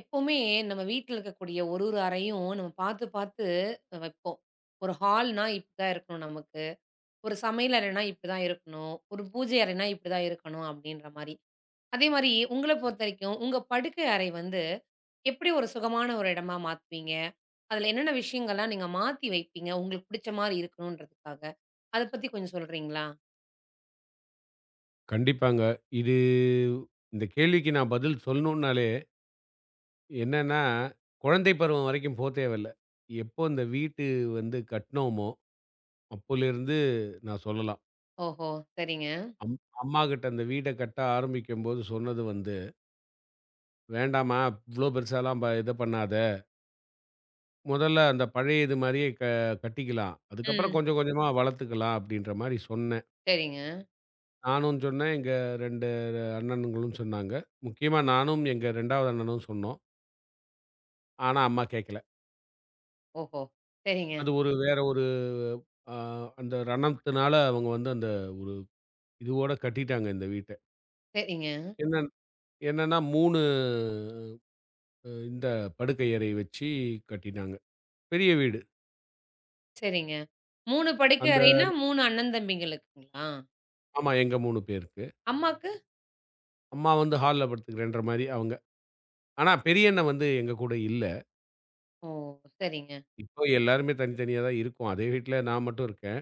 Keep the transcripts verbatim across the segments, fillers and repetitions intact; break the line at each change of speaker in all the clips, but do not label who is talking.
எப்பவுமே நம்ம வீட்ல இருக்கக்கூடிய ஒரு ஒரு அறையும் நம்ம பார்த்து பார்த்து வைப்போம். ஒரு ஹால்னா இப்படிதான் இருக்கணும் நமக்கு. ஒரு சமையல் அறைனா இப்படிதான் இருக்கணும். ஒரு பூஜை அறைனா இப்படிதான் இருக்கணும் அப்படின்ற மாரி. அதே மாரி உங்கள பொறுத்தவரைக்கும் உங்க படுக்கை அறை வந்து எப்படி ஒரு சுகமான ஒரு இடமா மாத்துவீங்க? அதுல என்னென்ன விஷயங்கள்லாம் நீங்க மாத்தி வைப்பீங்க? உங்களுக்கு பிடிச்ச மாரி இருக்கணுன்றதுக்காக. அத பத்தி கொஞ்சம் சொல்றீங்களா?
கண்டிப்பாங்க. இது இந்த கேள்விக்கு நான் பதில் சொல்லணும்னாலே, என்னன்னா குழந்தை பருவம் வரைக்கும் போ தேவையில்ல. எப்போ இந்த வீட்டு வந்து கட்னோமோ, அப்போலேருந்து நான் சொல்லலாம்.
ஓஹோ! சரிங்க.
அம் அம்மாகிட்ட அந்த வீட கட்ட ஆரம்பிக்கும்போது சொன்னது வந்து, "வேண்டாம்மா இவ்ளோ பெருசாலாம் ப இது பண்ணாத. முதல்ல அந்த பழைய இது மாரியே க கட்டிக்கலாம். அதுக்கப்புறம்
ம்.
கொஞ்சம் கொஞ்சமா வளர்த்துக்கலாம்." அப்படீன்ற மாரி சொன்னேன்.
சரிங்க.
நானும் சொன்னேன், எங்க ரெண்டு அண்ணனுங்களும் சொன்னாங்க. முக்கியமா நானும், எங்க இரண்டாவது அண்ணனும் சொன்னோம். ஆனா அம்மா கேட்கல.
ஓஹோ! சரிங்க,
அது ஒரு வேற ஒரு அ அந்த ரணத்தினால அவங்க வந்து அந்த ஒரு இதுவோட கட்டிட்டாங்க இந்த வீட்ட.
சரிங்க.
என்ன என்னன்னா மூணு அ இந்த படுக்கை அறை வச்சு கட்டினாங்க. பெரிய வீடு.
சரிங்க. மூன்று படுக்கை
அந்த
அறைன்னா மூன்று அண்ணன் தம்பிங்களுக்குங்களா?
ஆமா எங்க மூணு பேருக்கு.
அம்மாக்கு?
அம்மா வந்து ஹால்ல படுத்துக்கிறேன்ற மாரி அவங்க. ஆனா பெரிய அண்ணன் வந்து எங்க கூட இல்ல.
ஓ! சரிங்க,
இப்போ எல்லாருமே தனித்தனியா தான் இருக்கோம். அதே வீட்ல நான் மட்டும் இருக்கேன்.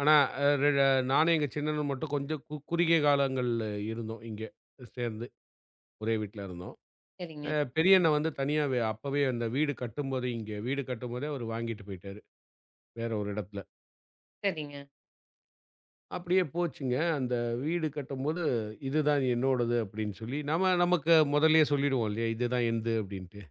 ஆனா அ ரெ நானும் எங்க சின்னண்ணனும் மட்டும் கொஞ்சம் கு குறுகிய காலங்கள் இருந்தோம் இங்க சேர்ந்து. ஒரே வீட்ல இருந்தோம்.
சரிங்க,
அ பெரிய அண்ணன் வந்து தனியா வே அப்பவே அந்த வீடு கட்டும்போதே இங்க வீடு கட்டும்போதே அவரு வாங்கிட்டு போயிட்டாரு. வேற ஒரு இடத்துல.
சரிங்க.
அப்படியே போச்சுங்க. அந்த வீடு கட்டும்போது, "இதுதான் என்னோடது" அப்படின்னு சொல்லி, நம்ம நமக்கு முதல்லயே சொல்லிடுவோம் இல்லையா? "இதுதான் என்து" அப்படின்ட்டு.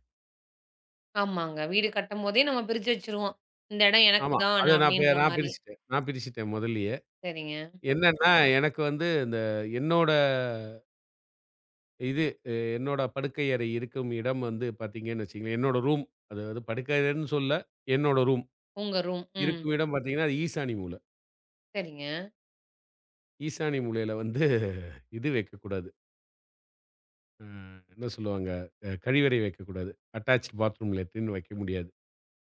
ஆமாங்க. வீடு கட்டும்போதே நம்ம பிரிச்சு வச்சுருவோம். இந்த இடம் எனக்கு
ஆமா.
தான்
அத நான் பே
அப்டின்ற
நான்
மாரி.
பிரிச்சுட்டேன். நான் பிரிச்சுட்டேன் முதல்லயே.
சரிங்க.
என்னன்னா, எனக்கு வந்து இந்த என்னோட இது அ என்னோட படுக்கை அறை இருக்கும் இடம் வந்து பார்த்தீங்கன்னு வச்சுக்கங்களேன், என்னோட ரூம். அதாவது படுக்கை அறைன்னு சொல்லல. என்னோட ரூம்.
உங்க ரூம். ம்.
இருக்கும் இடம் பார்த்தீங்கன்னா, அது ஈசானி மூல.
சரிங்க.
ஈசானி மூலையில வந்து இது வைக்கக்கூடாது. அ என்ன சொல்லுவாங்க? அ கழிவறை வைக்கக்கூடாது. அட்டாச்ட் பாத்ரூம் லெட்ரின் வைக்க முடியாது.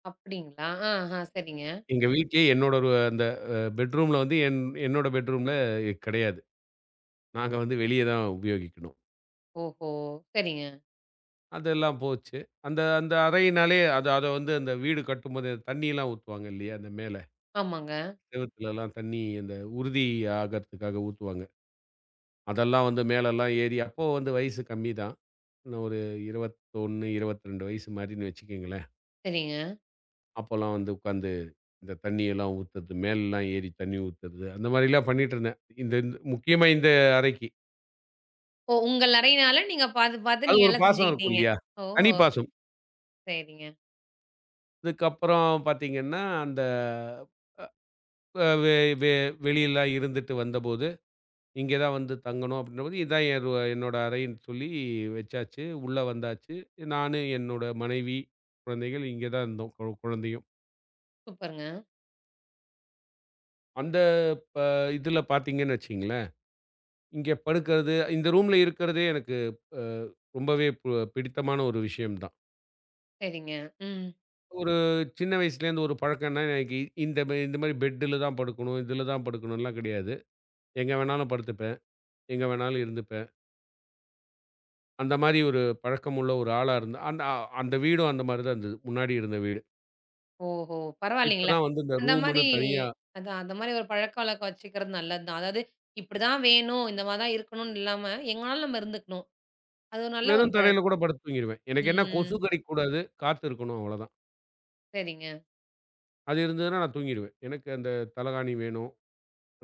அப்டிங்களா? ஆஹ. சரிங்க.
எங்க வீட்லயே என்னோட ஒரு அந்த அ பெட்ரூம்ல வந்து என் என்னோட பெட்ரூம்ல கிடையாது. நாங்க வந்து வெளிய தான் உபயோகிக்கணும்.
ஓஹோ! சரிங்க.
அதெல்லாம் போச்சு. அந்த அந்த அறையினாலே அது அத வந்து அந்த வீடு கட்டும்போது தண்ணியெல்லாம் ஊத்துவாங்க இல்லையா? அந்த மேல.
ஆமாங்க.
செவுத்துலலாம் தண்ணி அந்த உறுதி ஆகறதுக்காக ஊத்துவாங்க. அதெல்லாம் வந்து மேலலாம் ஏறி அப்போ வந்து வயசு கம்மி தான். நான் ஒரு இருபத்தி ஒன்று, இருபத்தி ரெண்டு வயசு மாரின்னு வச்சுக்கங்களேன்.
சரிங்க.
அப்போலாம் வந்து உட்காந்து, இந்த தண்ணியெல்லாம் ஊத்துறது, மேலலாம் ஏறி தண்ணி ஊத்துறது, அந்த மாரிலாம் பண்ணிட்டுருந்தேன். இந்த இந்த முக்கியமா இந்த அறைக்கு.
ஓ! உங்கள் அறையினால நீங்க பாத்து, பாத்து
அது
நீங்க
ஒரு
எல்லாம்
பாசம் இருக்கும்
செஞ்சுக்கிட்டீங்க.
இல்லையா?
ஓ!
தனி பாசம்.
சரிங்க.
இதுக்கப்புறம் பார்த்தீங்கன்னா, அந்த அ வெ வெ வெளியலாம் இருந்துட்டு வந்தபோது, இங்கே தான் வந்து தங்கணும் அப்படின்றபோது, இதான் என் ரு என்னோட அறைன்னு சொல்லி வச்சாச்சு. உள்ள வந்தாச்சு. நானு, என்னோட மனைவி, குழந்தைகள் இங்கே தான் இருந்தோம். கொ குழந்தையும்.
சூப்பருங்க.
அந்த ப இதில பார்த்தீங்கன்னு வச்சுங்களேன் இங்க படுக்கிறது, இந்த ரூம்ல இருக்கிறதே எனக்கு அ ரொம்பவே பு பிடித்தமான ஒரு விஷயம் தான்.
சரிங்க. ம்.
ஒரு சின்ன வயசுலேருந்து ஒரு பழக்கம்னா, எனக்கு இ- இந்த மே இந்த மாரி பெட்டுல தான் படுக்கணும், இதுல தான் படுக்கணும்லாம் கிடையாது. எங்க வேணாலும் படுத்துப்பேன், எங்க வேணாலும் இருந்துப்பேன். அந்த மாரி ஒரு பழக்கம் உள்ள ஒரு ஆளா இருந்தேன். அந்த அ அந்த வீடும் அந்த மாரி தான் இருந்தது, முன்னாடி இருந்த வீடு.
ஓஹோ!
இப்ப
பரவாயில்லைங்களே!
தான் வந்து இந்த
அந்த மாரி
ரூமுன்னு தனியா
அதான் அந்த மாரி ஒரு பழக்கவழக்கம் வச்சுக்கிறது நல்லது தான். அதாவது இப்படிதான் வேணும், இந்த மாரி தான் இருக்கணும்னு இல்லாம, எங்கனாலும் நம்ம இருந்துக்கணும். அது ஒரு நல்ல ஒரு
வெறும் தரையில கூட
பழக்கம்.
படுத்து தூங்கிருவேன். எனக்கு என்ன
ம்.
கொசு கடிக்கக்கூடாது, காத்து இருக்கணும் அவ்வளோதான்.
சரிங்க.
அது இருந்ததுன்னா நான் தூங்கிருவேன். எனக்கு அந்த தலகாணி வேணும்.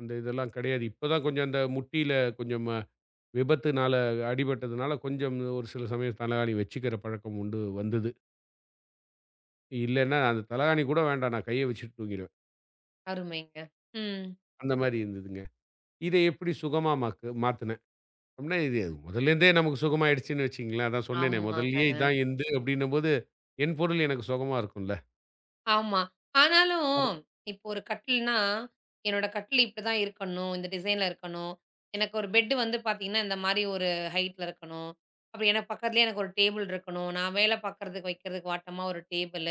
அந்த இதெல்லாம் கிடையாது. இப்ப தான் கொஞ்சம் அந்த முட்டியில கொஞ்சம் அ விபத்துனால அடிபட்டதுனால கொஞ்சம் ஒரு சில சமயம் தலகாணி வச்சுக்கிற பழக்கம் உண்டு வந்தது. இல்லன்னா அந்த தலகாணி கூட வேண்டாம். நான் கைய வச்சுட்டு தூங்கிருவேன்.
அருமைங்க. ம்.
அந்த மாரி இருந்ததுங்க. இத எப்படி சுகமா மாக்கு மாத்துனேன் அப்படின்னா, இது முதல்லேருந்தே நமக்கு சுகமாயிடுச்சுன்னு வச்சுக்கங்களேன். அதான் சொன்னேனே
ஆமாங்க.
முதல்லயே இதான் எந்து அப்படின்னும்போது, என் பொருள் எனக்கு சுகமா இருக்கும்ல.
ஆமா.
அது
ஆனாலும், இப்போ ஒரு கட்டில்னா, என்னோட கட்டில் இப்படிதான் இருக்கணும். இந்த டிசைன்ல இருக்கணும். எனக்கு ஒரு பெட் வந்து பார்த்தீங்கன்னா, இந்த மாரி ஒரு ஹைட்ல இருக்கணும். அப்படி எனக்கு பக்கத்துலயே எனக்கு ஒரு டேபிள் இருக்கணும். நான் வேல பார்க்கறதுக்கு வைக்கிறதுக்கு வாட்டமா ஒரு டேபிள்.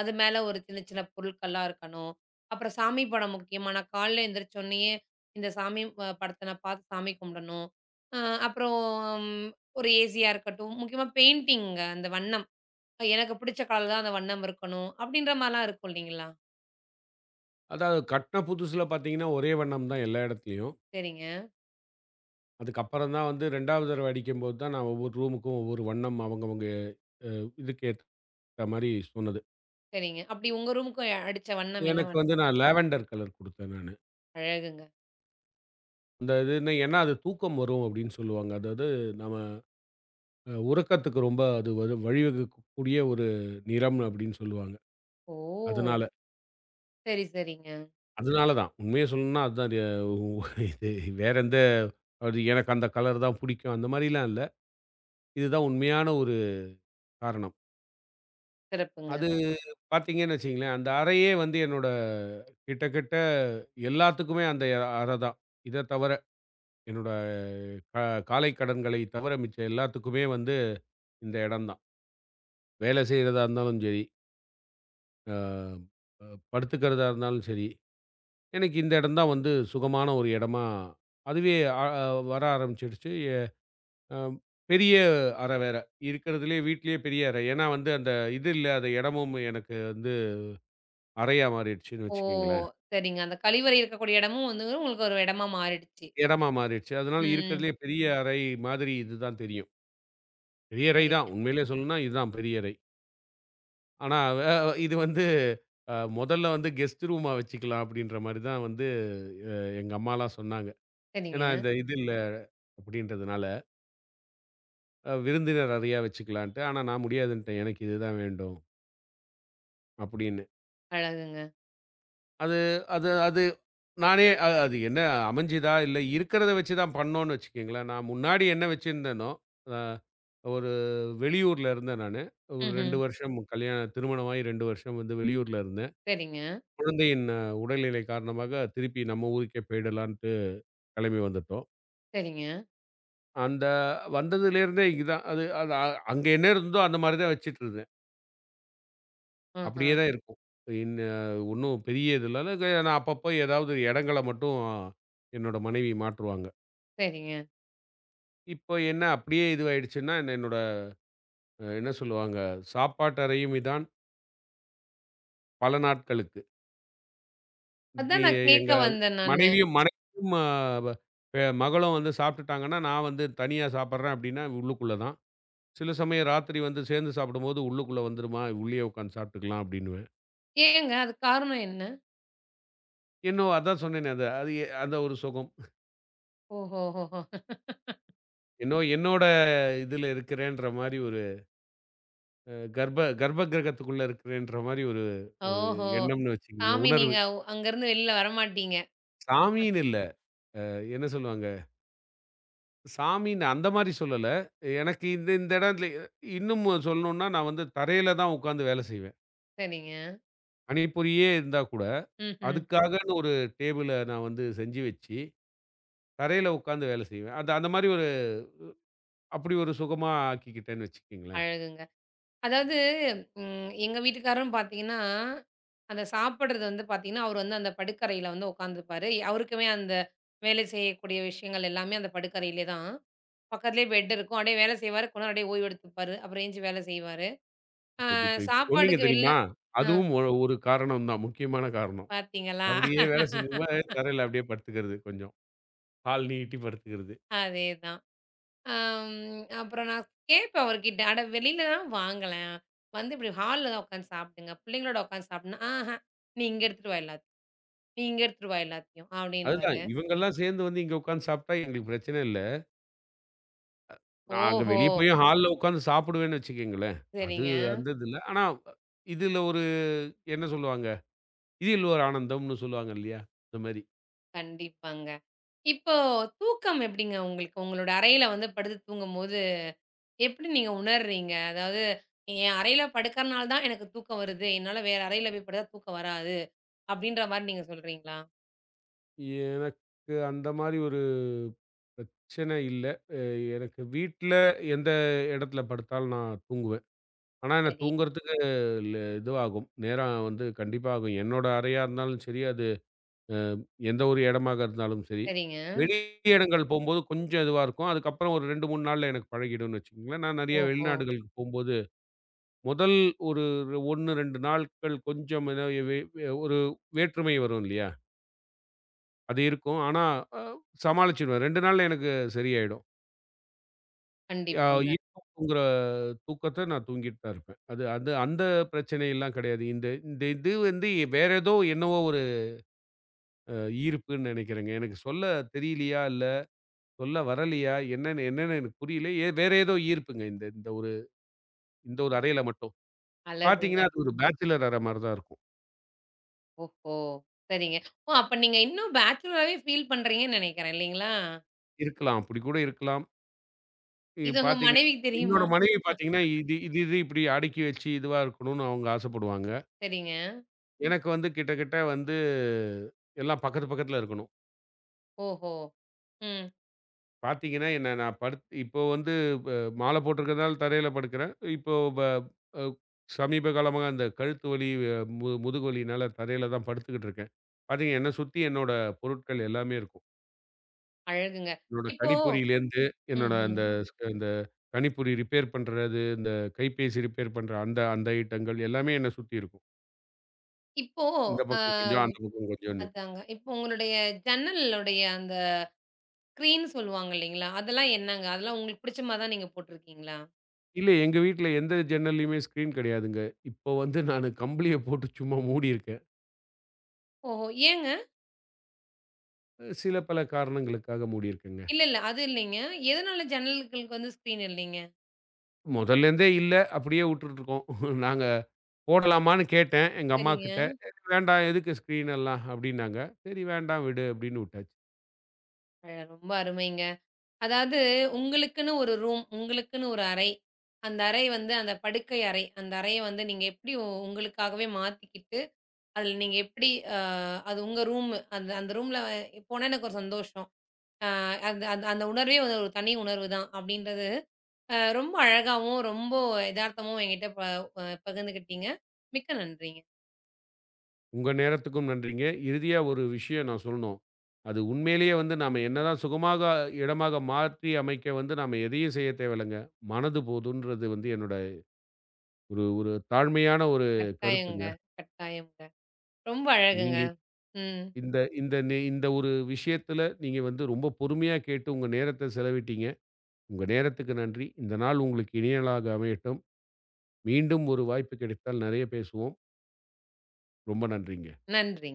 அது மேல ஒரு சின்ன சின்ன பொருட்கள்லாம் இருக்கணும். அப்புறம் சாமி படம் முக்கியமா. நான் காலைல எந்திரிச்ச உடனேயே இந்த சாமி அ படத்த நான் பார்த்து சாமி கும்பிடணும். அ அப்புறம் ஒரு ஏசியா இருக்கட்டும். முக்கியமா பெயிண்டிங் அந்த வண்ணம். எனக்கு பிடிச்ச கலர்ல தான் அந்த வண்ணம் இருக்கணும். அப்படின்ற மாரிலாம் இருக்கும் இல்லைங்களா?
அதாவது கட்ன புதுசுல பார்த்தீங்கன்னா, ஒரே வண்ணம் தான் எல்லா இடத்துலயும்.
சரிங்க,
அதுக்கப்புறம் தான் வந்து இரண்டாவது தடவ அடிக்கும்போது தான் நான் ஒவ்வொரு ரூமுக்கும் ஒவ்வொரு வண்ணம் அவங்கவங்க அ இதுக்கேத்த ற மாரி சொன்னது.
சரிங்க. அப்படி உங்க ரூமுக்கு அடிச்ச வண்ணம் என்ன
எனக்கு
வண்ணம்?
வந்து நான் லாவெண்டர் கலர் குடுத்தேன் நானு.
அழகுங்க.
அந்த இதுன்னு ஏன்னா அது தூக்கம் வரும் அப்படின்னு சொல்லுவாங்க. அதாவது நம்ம அ உறக்கத்துக்கு ரொம்ப அது வரு வழிவகுக்கக்கூடிய ஒரு நிறம் அப்படின்னு சொல்லுவாங்க.
ஓ!
அதனால
சரி, சரிங்க.
அதனால தான். உண்மைய சொல்லணும்னா அதுதான் ரிய உ இது வேற எந்த அது எனக்கு அந்த கலர் தான் புடிக்கும். அந்த மாரிலாம் இல்ல. இதுதான் உண்மையான ஒரு காரணம்.
சிறப்புங்க.
அது பார்த்தீங்கன்னு வச்சுக்கங்களேன், அந்த அறையே வந்து என்னோட கிட்டத்தட்ட எல்லாத்துக்குமே அந்த அறை தான். இத தவர. என்னோட அ காலை கடன்களை தவிர மிச்ச எல்லாத்துக்குமே வந்து இந்த இடம் தான். வேலை செய்றதா இருந்தாலும் சரி, அ அ படுத்துக்கிறதா இருந்தாலும் சரி, எனக்கு இந்த இடம் தான் வந்து சுகமான ஒரு இடமா அதுவே அ அ வர ஆரம்பிச்சுடுச்சு. எ அம் பெரிய அறை வேற. இருக்கிறதுலயே வீட்லயே பெரிய அறை. ஏன்னா வந்து அந்த இது இல்ல, அந்த இடமும் எனக்கு வந்து அறையா மாறிடுச்சுன்னு
ஓ!
வச்சுக்கங்களேன்.
சரிங்க. அந்த கழிவறை இருக்கக்கூடிய இடமும் வந்து உங்களுக்கு ஒரு இடமா மாறிடுச்சு.
இடமா மாறிடுச்சு. அதனால
ம்.
இருக்கிறதுலயே பெரிய அறை மாதிரி இது தான் தெரியும். பெரிய அறை தான்.
சரிங்க,
உண்மையிலே சொல்லணும்னா இதுதான் பெரிய அறை. ஆனா, அவ இது வந்து அ முதல்ல வந்து கெஸ்ட் ரூமா வச்சுக்கலாம் அப்படின்ற மாரி தான் வந்து அ எங்க அம்மாலாம் சொன்னாங்க. ஏன்னா,
சரிங்க.
இந்த இது இல்ல அப்படின்றதுனால, அ விருந்தினர் அறையா வச்சுக்கலான்ட்டு. ஆனா, நான் முடியாதுன்ட்டேன். எனக்கு இதுதான் வேண்டும் அப்படின்னு.
அழகுங்க.
அது அது அது நானே அ அது என்ன அமைஞ்சுதா, இல்ல இருக்கிறத வச்சு தான் பண்ணோம்னு வச்சுக்கங்களேன். நான் முன்னாடி என்ன வச்சிருந்தேனோ, அ ஒரு வெளியூர்ல இருந்தேன் நானு. ஒரு
ம்ஹ்ம்.
இரண்டு வருஷம் கல்யாணம் திருமணமாகி இரண்டு வருஷம் வந்து வெளியூர்ல இருந்தேன்.
சரிங்க,
குழந்தையின் அ உடல்நிலை காரணமாக திருப்பி நம்ம ஊருக்கே போயிடலான்ட்டு கிளம்பி வந்துட்டோம்.
சரிங்க.
அந்த வந்ததுலேருந்தே இதுதான். அது அது அ அங்க என்ன இருந்ததோ அந்த மாரி தான் வச்சுட்டுருந்தேன்.
ஆஹா.
அப்படியே தான் இருக்கும். என்ன ஒண்ணும் பெரிய இது இல்ல. நான் அப்பப்போ ஏதாவது இடங்கள மட்டும் என்னோட மனைவி மாற்றுவாங்க.
சரிங்க.
இப்போ என்ன அப்படியே இதுவாயிடுச்சுன்னா, என்ன என்னோட அஹ், என்ன சொல்லுவாங்க, சாப்பாட்டறையும் இதான் பல நாட்களுக்கு. தி
அதான் நான்
எங்க
கேட்க வந்தேன் நானு.
மனைவியும் மனைவியும் அ வ பெ- மகளும் வந்து சாப்பிட்டுட்டாங்கன்னா, நான் வந்து தனியா சாப்பிடுறேன் அப்படின்னா உள்ளுக்குள்ள தான். சில சமயம் ராத்திரி வந்து சேர்ந்து சாப்பிடும்போது, உள்ளுக்குள்ள வந்துருமா, உள்ளேயே உட்காந்து சாப்பிட்டுக்கலாம் அப்படின்னுவேன்.
ஏங்க அது காரணம் என்ன?
என்னோ அதான் சொன்னேனே அது அது எ- அந்த ஒரு சுகம்.
ஓஹோஹோஹோ!
என்னோ என்னோட இதுல இருக்கிறேன்ற மாரி ஒரு அ கர்ப்ப கர்ப்ப கிரகத்துக்குள்ள இருக்கிறேன்ற மாரி ஒரு
ஓஹோ!
ஒரு
ஓஹோ
எண்ணம்னு வச்சுக்கங்களேன்.
சாமி
உணர்வு.
நீங்க அங்க இருந்து வெளில வரமாட்டீங்க.
சாமின்னு இல்ல. என்ன சொல்லுவாங்க, சாமின்னு அந்த மாரி சொல்லல. எனக்கு இந்த இந்த இடத்துல இன்னும் சொல்லணும்னா, நான் வந்து தரையில தான் உட்காந்து வேலை செய்வேன்.
சரிங்க.
பணிபுரியே இருந்தா கூட,
ம்ஹ்ம்.
அதுக்காகன்னு ஒரு டேபிள நான் வந்து செஞ்சு வச்சு தரையில உட்கார்ந்து வேலை செய்வேன். அது அந்த மாரி ஒரு அப்படி ஒரு சுகமா ஆக்கிக்கிட்டேன்னு வச்சுக்கங்களேன்.
அழகுங்க. அதாவது ம், எங்க வீட்டுக்காரரும் பார்த்தீங்கன்னா, அந்த சாப்பிடுறது வந்து பார்த்தீங்கன்னா, அவரு வந்து அந்த படுக்கறையில வந்து உட்காந்துப்பாரு. அவருக்குமே அந்த வேலை செய்யக்கூடிய விஷயங்கள் எல்லாமே அந்த படுக்கறையிலே தான். பக்கத்திலேயே பெட் இருக்கும். அப்படியே வேலை செய்வாரு. கொஞ்ச நேரம் அப்படியே ஓய்வு எடுத்துப்பாரு. அப்புறம் எந்திச்சு வேலை செய்வாரு. அ
இப்ப இது இப்ப இப்ப சொன்னீங்க
சாப்பாடுக்கு வெளில
தெரியுமா?
அ
அதுவும் ஒரு ஒரு காரணம் தான். முக்கியமான காரணம்.
பார்த்தீங்களா?
அப்படியே வேலை செஞ்சுக்கும்போது தரையில அப்படியே படுத்துக்கிறது கொஞ்சம். கால் நீட்டி படுத்துக்கிறது.
அதேதான். அம் அப்புறம் நான் கேட்பேன் அவர்கிட்ட, "அட வெளிலலாம் வாங்களேன். வந்து இப்படி ஹால்ல தான் உட்காந்து சாப்பிடுங்க. பிள்ளைங்களோட உட்காந்து சாப்பிடணும்." "ஆஹ நீ இங்க எடுத்துட்டு வா எல்லாத்தையும்." நீங்க எடுத்துட்டு வா எல்லாத்தையும்
அதுதான்
அப்படின்னுவாரு.
இவங்கலாம் சேர்ந்து வந்து இங்க உட்கார்ந்து சாப்பிட்டா எங்களுக்கு பிரச்சனை இல்ல. நான் அங்க
ஓஹோ!
வெளிய போய் ஹால்ல உட்கார்ந்து சாப்பிடுவேன்னு வச்சுக்கங்களேன். அது
சரிங்க.
அந்த இதுல. ஆனா, இதுல ஒரு என்ன சொல்லுவாங்க? இதில் ஒரு ஆனந்தம்னு சொல்லுவாங்க இல்லையா? அந்த மாரி.
கண்டிப்பாங்க. இப்போ தூக்கம் எப்படிங்க உங்களுக்கு? உங்களோட அறையில வந்து படுத்து தூங்கும்போது, எப்படி நீங்க உணர்றீங்க? அதாவது, "என் அறையில படுக்கறனால தான் எனக்கு தூக்கம் வருது. என்னால வேற அறையில போய் படுத்தா தூக்கம் வராது." அப்படின்ற மாரி நீங்க சொல்றீங்களா?
எனக்கு அந்த மாரி ஒரு பிரச்சனை இல்ல. அ எனக்கு வீட்ல எந்த இடத்துல படுத்தாலும் நான் தூங்குவேன். ஆனா, என்ன
சரி.
தூங்குறதுக்கு ல இதுவாகும். நேரம் வந்து கண்டிப்பா ஆகும். என்னோட அறையா இருந்தாலும் சரி, அது அ எந்த ஒரு இடமாக இருந்தாலும் சரி.
சரிங்க.
வெளி இடங்கள் போம்போது கொஞ்சம் இதுவா இருக்கும். அதுக்கப்புறம் ஒரு ரெண்டு, மூணு நாள்ல எனக்கு பழகிடும்னு வச்சுக்கோங்களேன். நான் நெறைய
ஓஹோ!
வெளிநாடுகளுக்கு போம்போது, முதல் ஒரு 1, இரண்டு நாட்கள் கொஞ்சம் ஏதோ வெ வெ ஒரு வேற்றுமை வரும் இல்லையா? அது இருக்கும். ஆனா, அ சமாளிச்சுருவேன். ரெண்டு நாள்ல எனக்கு சரியாயிடும். அ
கண்டிப்பாங்க.
இரவு தூங்குற தூக்கத்த நான் தூங்கிட்டு தான் இருப்பேன். அது அது அந்த பிரச்சனைலாம் கிடையாது. இந்த இந்த இது வந்து வேற ஏதோ என்னவோ ஒரு அ ஈர்ப்புன்னு நெனைக்கிறேங்க. எனக்கு சொல்ல தெரியலையா? இல்ல சொல்ல வரலையா? என்னன்னு என்னன்னு எனக்கு புரியல. ஏ வேற ஏதோ ஈர்ப்புங்க இந்த இந்த ஒரு இந்த ஒரு அறையில மட்டும்.
அழகுங்க.
பார்த்தீங்கன்னா, அது ஒரு பேச்சுலர் அறை மாரி தான் இருக்கும்.
ஓஹோ! சரிங்க. ஓ! அப்ப நீங்க இன்னும் பேச்சுலராவே ஃபீல் பண்றீங்கன்னு நெனைக்கிறேன் இல்லைங்களா?
இருக்கலாம். அப்படி கூட இருக்கலாம். இ
இது உங்க
பார்த்தீங்க
மனைவிக்கு தெரியுமா?
என்னோட மனைவி பார்த்தீங்கன்னா, இது இது இது இப்படி அடுக்கி வச்சு இதுவா இருக்கணும்னு அவங்க ஆசைப்படுவாங்க.
சரிங்க.
எனக்கு வந்து கிட்டத்தட்ட வந்து எல்லாம் பக்கத்து பக்கத்துல இருக்கணும்.
ஓஹோ! ம்.
பார்த்தீங்கன்னா, என்ன நான் படுத் இப்போ வந்து ப மாலை போட்டிருக்கிறதுனால தரையில படுக்கிறேன். இப்போ ப அ சமீப காலமா அந்த கழுத்து வலி, அஹ், மு முதுகு வலியினால தரையில தான் படுத்துக்கிட்டு இருக்கேன். பார்த்தீங்கன்னா, என்ன சுத்தி என்னோட பொருட்கள் எல்லாமே இருக்கும்.
அழகுங்க.
என்னோட
இப்போ
கணிப்பொறியிலேருந்து, என்னோட
ம்ஹ்ம்.
அந்த ஸ்க இந்த கணிப்பொறி ரிப்பேர் பண்றது, இந்த கைபேசி ரிப்பேர் பண்ற அந்த அந்த ஐட்டங்கள் எல்லாமே என்ன சுத்தி இருக்கும்.
இப்போ
இந்த
அ
பக்கம் கொஞ்சம், அந்த பக்கம் கொஞ்சம்னு.
அதாங்க. இப்போ உங்களுடைய ஜன்னலுடைய அந்த ஸ்க்ரீன் சொல்லுவாங்க இல்லைங்களா? அதெல்லாம் என்னங்க? அதெல்லாம் உங்களுக்கு பிடிச்ச மாரி தான் நீங்க போட்டுருக்கீங்களா?
இல்ல எங்க வீட்ல எந்த ஜன்னல்லையுமே ஸ்க்ரீன் கிடையாதுங்க. இப்போ வந்து நானு கம்பளிய போட்டு சும்மா மூடியிருக்கேன்.
ஓஹோ! ஏங்க?
சில பல காரணங்களுக்காக மூடியிருக்கேங்க.
இல்ல, இல்ல. அது இல்லைங்க. எதனால ஜன்னல்களுக்கு வந்து ஸ்க்ரீன் இல்லைங்க?
முதல்லேருந்தே இல்ல, அப்படியே உட்டுட்டுருக்கோம். நாங்க போடலாமான்னு கேட்டேன் எங்க
சரிங்க.
அம்மாகிட்ட. "வேண்டாம் எதுக்கு ஸ்க்ரீன் எல்லாம்" அப்படின்னாங்க. சரி வேண்டாம் விடு அப்படின்னு உட்டாச்சு.
அ ரொம்ப அருமைங்க. அதாவது உங்களுக்குன்னு ஒரு ரூம், உங்களுக்குன்னு ஒரு அறை. அந்த அறை வந்து அந்த படுக்கை அறை. அந்த அறைய வந்து நீங்க எப்படி உ- உங்களுக்காகவே மாத்திக்கிட்டு, அதுல நீங்க எப்படி அ அது உங்க ரூமு. அந்த அந்த ரூம்ல போனா எனக்கு ஒரு சந்தோஷம். அ அந்த அந்த அந்த உணர்வே வந்து ஒரு தனி உணர்வு தான் அப்படின்றது, அ ரொம்ப அழகாவும், ரொம்ப எதார்த்தமும் என்கிட்ட ப அ பகிர்ந்துக்கிட்டீங்க. மிக்க நன்றிங்க.
உங்க நேரத்துக்கும் நன்றிங்க. இறுதியா ஒரு விஷயம் நான் சொல்லணும். அது உண்மையிலேயே வந்து நாம என்னதான் சுகமாக இடமாக மாற்றி அமைக்க வந்து நாம எதையும் செய்ய தேவையில்லங்க. மனது போதுன்றது வந்து என்னோட ஒரு ஒரு தாழ்மையான ஒரு
கட்டாயங்க,
கருத்துங்க.
கட்டாயம்ங்க. ரொம்ப அழகுங்க.
நீங்க
ம்.
இந்த இந்த நே இந்த ஒரு விஷயத்துல நீங்க வந்து ரொம்ப பொறுமையா கேட்டு உங்க நேரத்த செலவிட்டீங்க. உங்க நேரத்துக்கு நன்றி. இந்த நாள் உங்களுக்கு இனிய நாளாக அமையட்டும். மீண்டும் ஒரு வாய்ப்பு கிடைத்தால் நெறைய பேசுவோம். ரொம்ப நன்றிங்க.
நன்றிங்க.